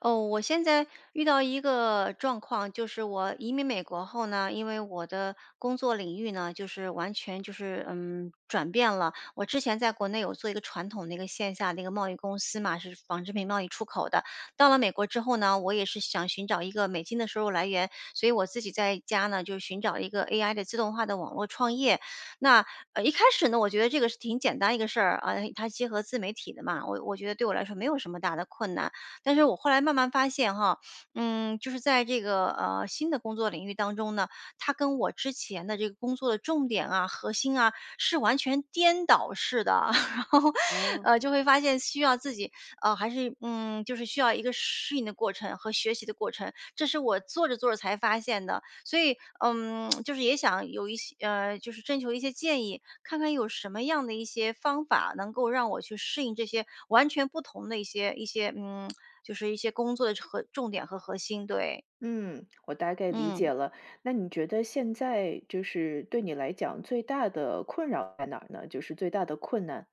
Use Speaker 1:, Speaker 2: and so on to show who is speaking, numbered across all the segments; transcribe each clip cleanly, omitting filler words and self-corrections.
Speaker 1: 哦，我现在遇到一个状况，就是我移民美国后呢，因为我的工作领域呢，就是完全就是转变了。我之前在国内有做一个传统的一个线下的一个贸易公司嘛，是纺织品贸易出口的。到了美国之后呢，我也是想寻找一个美金的收入来源，所以我自己在家呢就寻找一个 AI 的自动化的网络创业。那一开始呢，我觉得这个是挺简单一个事儿啊，它结合自媒体的嘛，我觉得对我来说没有什么大的困难。但是我后来慢慢发现哈，就是在这个新的工作领域当中呢，它跟我之前的这个工作的重点啊、核心啊是完全颠倒式的，然后
Speaker 2: 哦，
Speaker 1: 就会发现需要自己还是就是需要一个适应的过程和学习的过程，这是我做着做着才发现的，所以就是也想有一些就是征求一些建议，看看有什么样的一些方法能够让我去适应这些完全不同的一些就是一些工作的和重点和核心，对，
Speaker 2: 嗯，我大概理解
Speaker 1: 嗯。
Speaker 2: 了。那你觉得现在就是对你来讲最大的困扰在哪儿呢？就是最大的困难。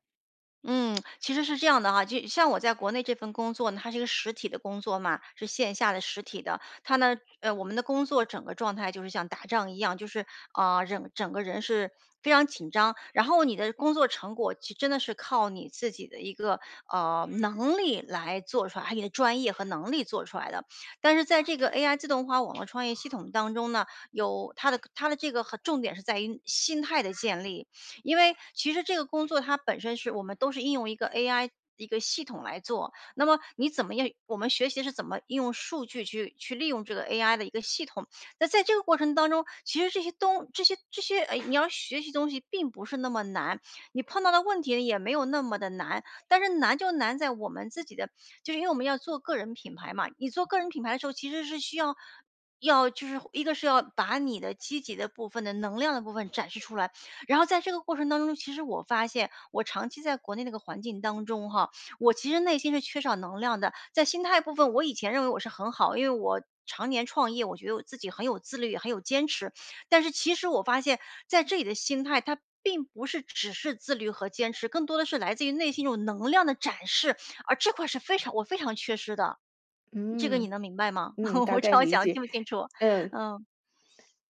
Speaker 1: 嗯，其实是这样的哈，就像我在国内这份工作呢，它是一个实体的工作嘛，是线下的实体的。它呢，我们的工作整个状态就是像打仗一样，就是啊，整个人是非常紧张。然后你的工作成果其实真的是靠你自己的一个能力来做出来，还有你的专业和能力做出来的。但是在这个 AI 自动化网络创业系统当中呢，有它的这个和重点是在于心态的建立。因为其实这个工作它本身是我们都是应用一个 AI 一个系统来做，那么你怎么样？我们学习是怎么应用数据去利用这个 AI 的一个系统？那在这个过程当中，其实这些东这些这些，哎，你要学习东西并不是那么难，你碰到的问题也没有那么的难。但是难就难在我们自己的，就是因为我们要做个人品牌嘛。你做个人品牌的时候，其实是需要就是一个是要把你的积极的部分的能量的部分展示出来，然后在这个过程当中，其实我发现我长期在国内那个环境当中哈，我其实内心是缺少能量的。在心态部分，我以前认为我是很好，因为我常年创业，我觉得我自己很有自律，很有坚持。但是其实我发现，在这里的心态，它并不是只是自律和坚持，更多的是来自于内心一种能量的展示，而这块是非常缺失的。这个你
Speaker 2: 嗯
Speaker 1: 能明白吗？
Speaker 2: 嗯，
Speaker 1: 我
Speaker 2: 大
Speaker 1: 不知
Speaker 2: 概
Speaker 1: 道我
Speaker 2: 理
Speaker 1: 讲
Speaker 2: 解。
Speaker 1: 清不清楚，
Speaker 2: 嗯，
Speaker 1: 嗯。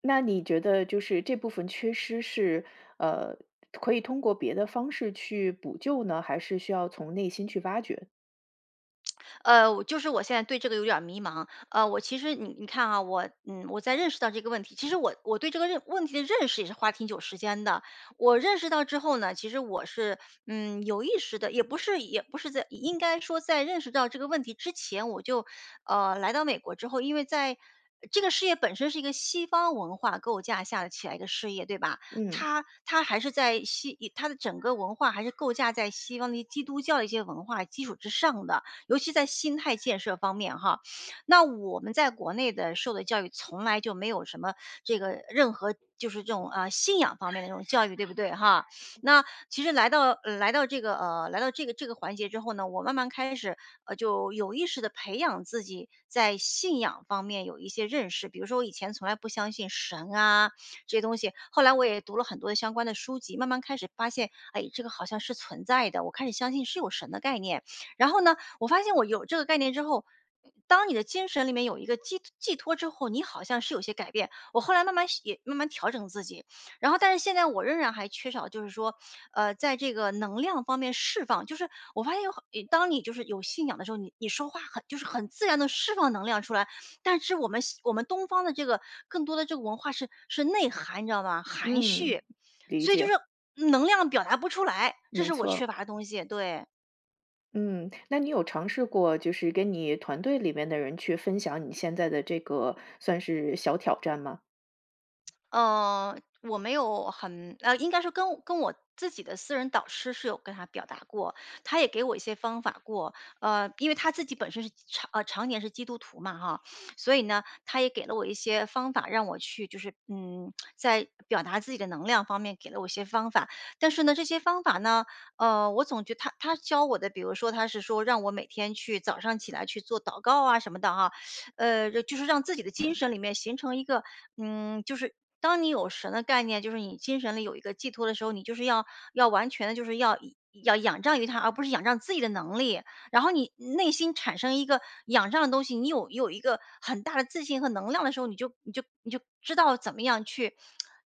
Speaker 2: 那你觉得就是这部分缺失是呃可以通过别的方式去补救呢，还是需要从内心去挖掘？
Speaker 1: 就是我现在对这个有点儿迷茫。我其实你看啊，我在认识到这个问题，其实我对这个问题的认识也是花挺久时间的。我认识到之后呢，其实我是有意识的，也不是在应该说在认识到这个问题之前，我就来到美国之后，因为在这个事业本身是一个西方文化构架下的起来一个事业，对吧？
Speaker 2: 嗯
Speaker 1: 它还是它的整个文化还是构架在西方的基督教的一些文化基础之上的。尤其在心态建设方面哈。那我们在国内的受的教育从来就没有什么这个任何就是这种啊信仰方面的这种教育，对不对哈？那其实来到这个环节之后呢，我慢慢开始就有意识的培养自己在信仰方面有一些认识，比如说我以前从来不相信神啊这些东西，后来我也读了很多的相关的书籍，慢慢开始发现，哎，这个好像是存在的，我开始相信是有神的概念。然后呢，我发现我有这个概念之后，当你的精神里面有一个寄托之后，你好像是有些改变。我后来慢慢也慢慢调整自己，然后但是现在我仍然还缺少，就是说，在这个能量方面释放，就是我发现当你就是有信仰的时候，你说话很就是很自然的释放能量出来，但是我们东方的这个更多的这个文化是内涵，你知道吗？含
Speaker 2: 嗯，
Speaker 1: 蓄，
Speaker 2: 理
Speaker 1: 所以就是
Speaker 2: 解，
Speaker 1: 能量表达不出来，这
Speaker 2: 没
Speaker 1: 是我缺
Speaker 2: 错。
Speaker 1: 乏的东西，对。
Speaker 2: 嗯，那你有尝试过，就是跟你团队里面的人去分享你现在的这个算是小挑战吗？
Speaker 1: 呃，我没有应该说跟我自己的私人导师是有跟他表达过，他也给我一些方法过。因为他自己本身是常年是基督徒嘛哈，所以呢，他也给了我一些方法，让我去就是在表达自己的能量方面给了我一些方法。但是呢，这些方法呢，我总觉得他教我的，比如说他是说让我每天去早上起来去做祷告啊什么的哈，就是让自己的精神里面形成一个，就是当你有神的概念，就是你精神里有一个寄托的时候，你就是要完全的，就是要仰仗于他，而不是仰仗自己的能力。然后你内心产生一个仰仗的东西，你有一个很大的自信和能量的时候，你就知道怎么样去，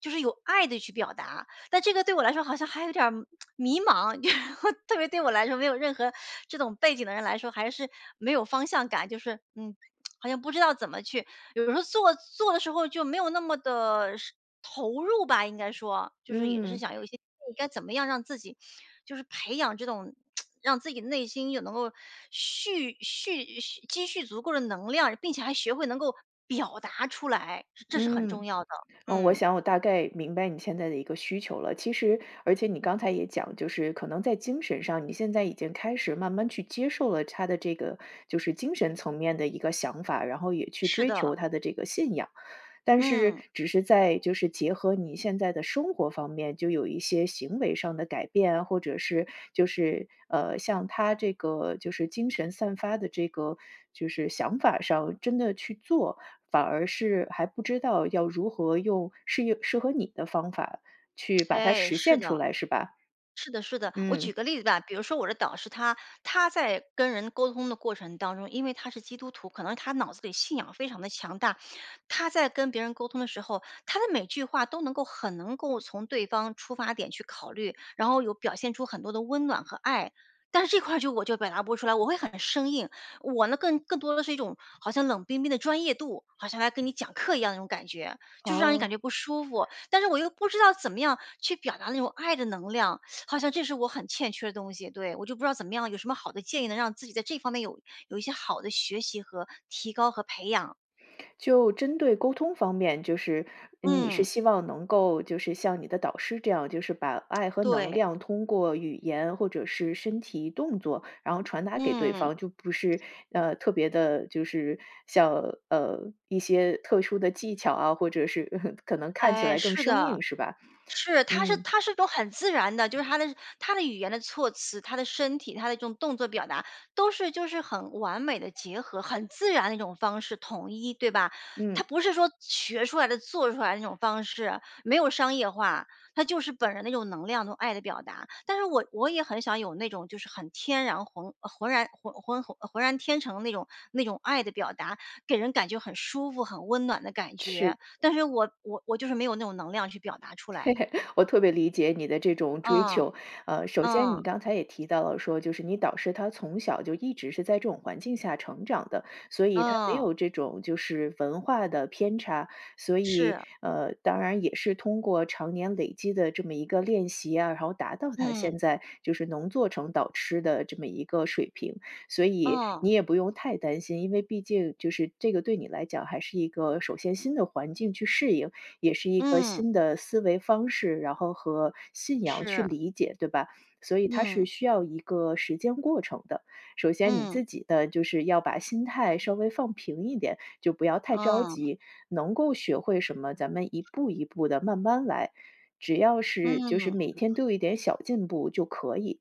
Speaker 1: 就是有爱的去表达。但这个对我来说好像还有点儿迷茫，就是我特别对我来说没有任何这种背景的人来说，还是没有方向感，就是好像不知道怎么去。有时候做做的时候就没有那么的是投入吧，应该说就是也是
Speaker 2: 嗯
Speaker 1: 想有一些该怎么样让自己就是培养这种。让自己内心有能够蓄蓄蓄积蓄足够的能量，并且还学会能够表达出来，这是很
Speaker 2: 嗯。
Speaker 1: 重要的。
Speaker 2: 那我
Speaker 1: 嗯，
Speaker 2: 想我大概明白你现在的一个需求了。其实，而且你刚才也讲，就是可能在精神上，你现在已经开始慢慢去接受了他的这个，就是精神层面的一个想法，然后也去
Speaker 1: 是
Speaker 2: 追求
Speaker 1: 的，
Speaker 2: 他的这个信仰。但是，
Speaker 1: 嗯。
Speaker 2: 只是在就是结合你现在的生活方面，就有一些行为上的改变啊或者是就是像他这个就是精神散发的这个就是想法上，真的去做，反而是还不知道要如何用适合你的方法去把它
Speaker 1: 哎，
Speaker 2: 实
Speaker 1: 是
Speaker 2: 现出
Speaker 1: 的，
Speaker 2: 来，是吧？
Speaker 1: 是的，是的。我举
Speaker 2: 嗯，
Speaker 1: 个例子吧，比如说我的导师他，在跟人沟通的过程当中，因为他是基督徒，可能他脑子里信仰非常的强大，他在跟别人沟通的时候，他的每句话都能够很能够从对方出发点去考虑，然后有表现出很多的温暖和爱。但是这块儿就我就表达不出来，我会很生硬。我呢更多的是一种好像冷冰冰的专业度，好像来跟你讲课一样那种感觉，就是让你感
Speaker 2: 哦，
Speaker 1: 觉不舒服。但是我又不知道怎么样去表达那种爱的能量，好像这是我很欠缺的东西，对，我就不知道怎么样，有什么好的建议能让自己在这方面有一些好的学习和提高和培养？
Speaker 2: 就针对沟通方面，就是你是
Speaker 1: 嗯，
Speaker 2: 希望能够就是像你的导师这样，就是把爱和能
Speaker 1: 对，
Speaker 2: 量通过语言或者是身体动作，然后传达给对
Speaker 1: 嗯，
Speaker 2: 方，就不是特别的，就是像一些特殊的技巧啊，或者是 可能看起
Speaker 1: 哎，
Speaker 2: 来更
Speaker 1: 是
Speaker 2: 生
Speaker 1: 的。
Speaker 2: 硬，是吧？
Speaker 1: 是，它是
Speaker 2: 嗯
Speaker 1: 它是一种很自然的，就是他的语言的措辞，他的身体，他的这种动作表达，都是就是很完美的结合，很自然的一种方式，统一，对吧？它
Speaker 2: 嗯，
Speaker 1: 不是说学出来的、做出来的那种方式，没有商业化，它就是本人那种能量、那种爱的表达。但是我也很想有那种就是很天然浑然天成那种爱的表达，给人感觉很舒服、很温暖的感
Speaker 2: 是。
Speaker 1: 觉，但是我就是没有那种能量去表达出来。
Speaker 2: 我特别理解你的这种追
Speaker 1: 嗯，
Speaker 2: 求。首先
Speaker 1: 嗯，
Speaker 2: 你刚才也提到了说，就是你导师他从小就一直是在这种环境下成长的，所以他没
Speaker 1: 嗯，
Speaker 2: 有这种就是文化的偏差，所以
Speaker 1: 是，
Speaker 2: 当然也是通过常年累积的这么一个练习啊，然后达到他
Speaker 1: 嗯，
Speaker 2: 现在就是能做成导师的这么一个水平，所以
Speaker 1: 嗯，
Speaker 2: 你也不用太担心，因为毕竟就是这个对你来讲还是一个首先新的环境去适应，也是一个
Speaker 1: 嗯，
Speaker 2: 新的思维方式，然后和信仰去
Speaker 1: 是，
Speaker 2: 理解，对吧？所以它是
Speaker 1: 嗯，
Speaker 2: 需要一个时间过程的。首先你
Speaker 1: 嗯，
Speaker 2: 自己的就是要把心态稍微放平一点，就不要太着
Speaker 1: 嗯，
Speaker 2: 急，能够学会什么，咱们一步一步的慢慢来。只要是就是
Speaker 1: 嗯，
Speaker 2: 每天都有一点小进步就可以。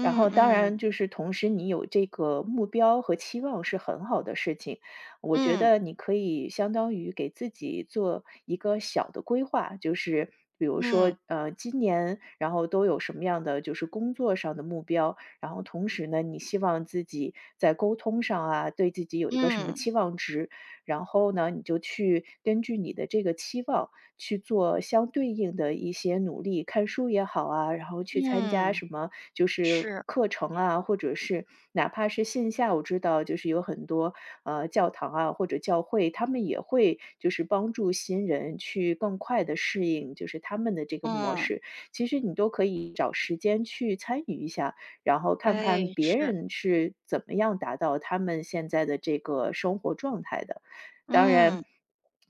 Speaker 2: 然后当然
Speaker 1: 嗯，
Speaker 2: 就是同时你有这个目标和期望是很好的事情，我觉
Speaker 1: 嗯，
Speaker 2: 得你可以相当于给自己做一个小的规划，就是比如
Speaker 1: 嗯，
Speaker 2: 说，今年然后都有什么样的就是工作上的目标，然后同时呢，你希望自己在沟通上啊，对自己有一个什么
Speaker 1: 嗯，
Speaker 2: 期望值，然后呢，你就去根据你的这个期望去做相对应的一些努力，看书也好啊，然后去参加
Speaker 1: 嗯，
Speaker 2: 什么就是
Speaker 1: 是，
Speaker 2: 课程啊，或者是哪怕是线下，我知道就是有很多教堂啊或者教会，他们也会就是帮助新人去更快的适应，就是他们的这个模
Speaker 1: 嗯，
Speaker 2: 式。其实你都可以找时间去参与一下，然后看
Speaker 1: 哎，
Speaker 2: 看别
Speaker 1: 是，
Speaker 2: 人是怎么样达到他们现在的这个生活状态的。当然，
Speaker 1: 嗯，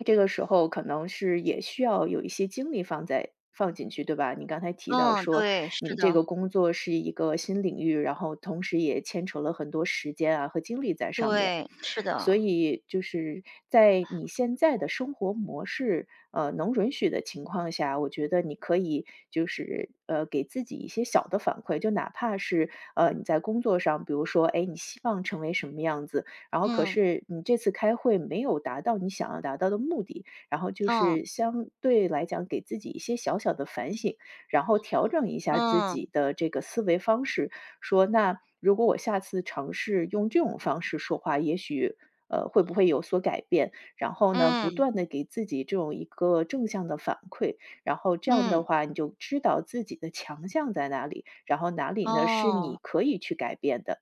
Speaker 2: 这个时候可能是也需要有一些精力放进去，对吧？你刚才提到
Speaker 1: 嗯，
Speaker 2: 说，
Speaker 1: 对，是
Speaker 2: 你这
Speaker 1: 的，
Speaker 2: 个工作是一个新领域，然后同时也牵扯了很多时间啊和精力在上面。
Speaker 1: 对，是的，
Speaker 2: 所以就是在你现在的生活模式，能允许的情况下，我觉得你可以就是给自己一些小的反馈，就哪怕是你在工作上，比如说，哎，你希望成为什么样子，然后可
Speaker 1: 嗯，
Speaker 2: 是你这次开会没有达到你想要达到的目的，然后就
Speaker 1: 嗯，
Speaker 2: 是相对来讲给自己一些小小的反省，然后调整一下自
Speaker 1: 嗯，
Speaker 2: 己的这个思维方式，说那如果我下次尝试用这种方式说话，也许会不会有所改变？然后呢，不
Speaker 1: 嗯，
Speaker 2: 断的给自己这种一个正向的反馈，然后这样的
Speaker 1: 嗯，
Speaker 2: 话你就知道自己的强项在哪里，然后哪里呢是
Speaker 1: 哦。
Speaker 2: 你可以去改变的。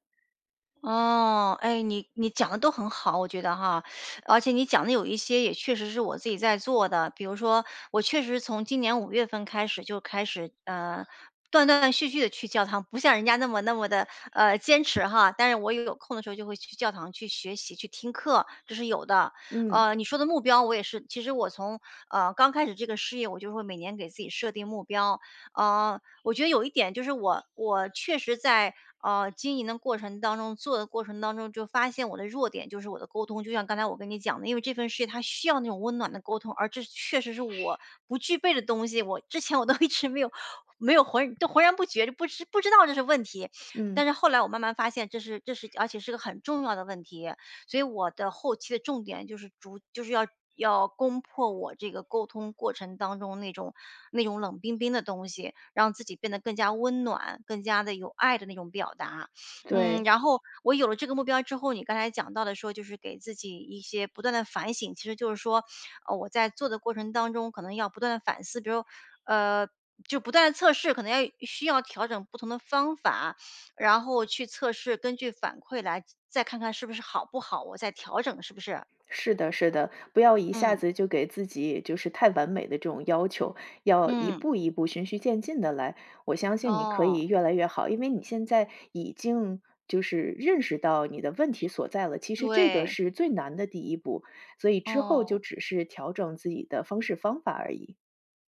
Speaker 1: 哦，哎，你讲的都很好，我觉得哈，而且你讲的有一些也确实是我自己在做的，比如说我确实从今年5月份开始就开始，断断续续的去教堂，不像人家那么那么的坚持哈，但是我有空的时候就会去教堂去学习、去听课，这是有的。
Speaker 2: 嗯
Speaker 1: 你说的目标我也是，其实我从，刚开始这个事业，我就会每年给自己设定目标，呃我觉得有一点就是我确实在经营的过程当中，做的过程当中，就发现我的弱点就是我的沟通。就像刚才我跟你讲的，因为这份事业它需要那种温暖的沟通，而这确实是我不具备的东西。我之前我都一直没有浑然不觉，就不知道这是问题。但
Speaker 2: 嗯，
Speaker 1: 是后来我慢慢发现，这是而且是个很重要的问题。所以我的后期的重点就是就是要攻破我这个沟通过程当中那种那种冷冰冰的东西，让自己变得更加温暖，更加的有爱的那种表达。嗯，
Speaker 2: 对。
Speaker 1: 然后我有了这个目标之后，你刚才讲到的说就是给自己一些不断的反省，其实就是说，我在做的过程当中可能要不断的反思，比如，呃，就不断的测试，可能需要调整不同的方法，然后去测试，根据反馈来再看看是不是好不好，我再调整是不是？
Speaker 2: 是的，是的，不要一下
Speaker 1: 嗯，
Speaker 2: 子就给自己就是太完美的这种要求，要一
Speaker 1: 嗯，
Speaker 2: 步一步循序渐进的来。我相信你可
Speaker 1: 哦，
Speaker 2: 以越来越好，因为你现在已经就是认识到你的问题所在了。其实这个
Speaker 1: 对，
Speaker 2: 是最难的第一步，所以之后就
Speaker 1: 哦，
Speaker 2: 只是调整自己的方式方法而已。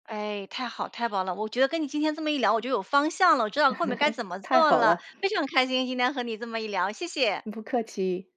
Speaker 1: 哎，太好太棒了！我觉得跟你今天这么一聊，我就有方向了，我知道后面该怎么
Speaker 2: 太
Speaker 1: 做
Speaker 2: 好
Speaker 1: 了，
Speaker 2: 了，
Speaker 1: 非常开心今天和你这么一聊，谢谢。
Speaker 2: 不客气。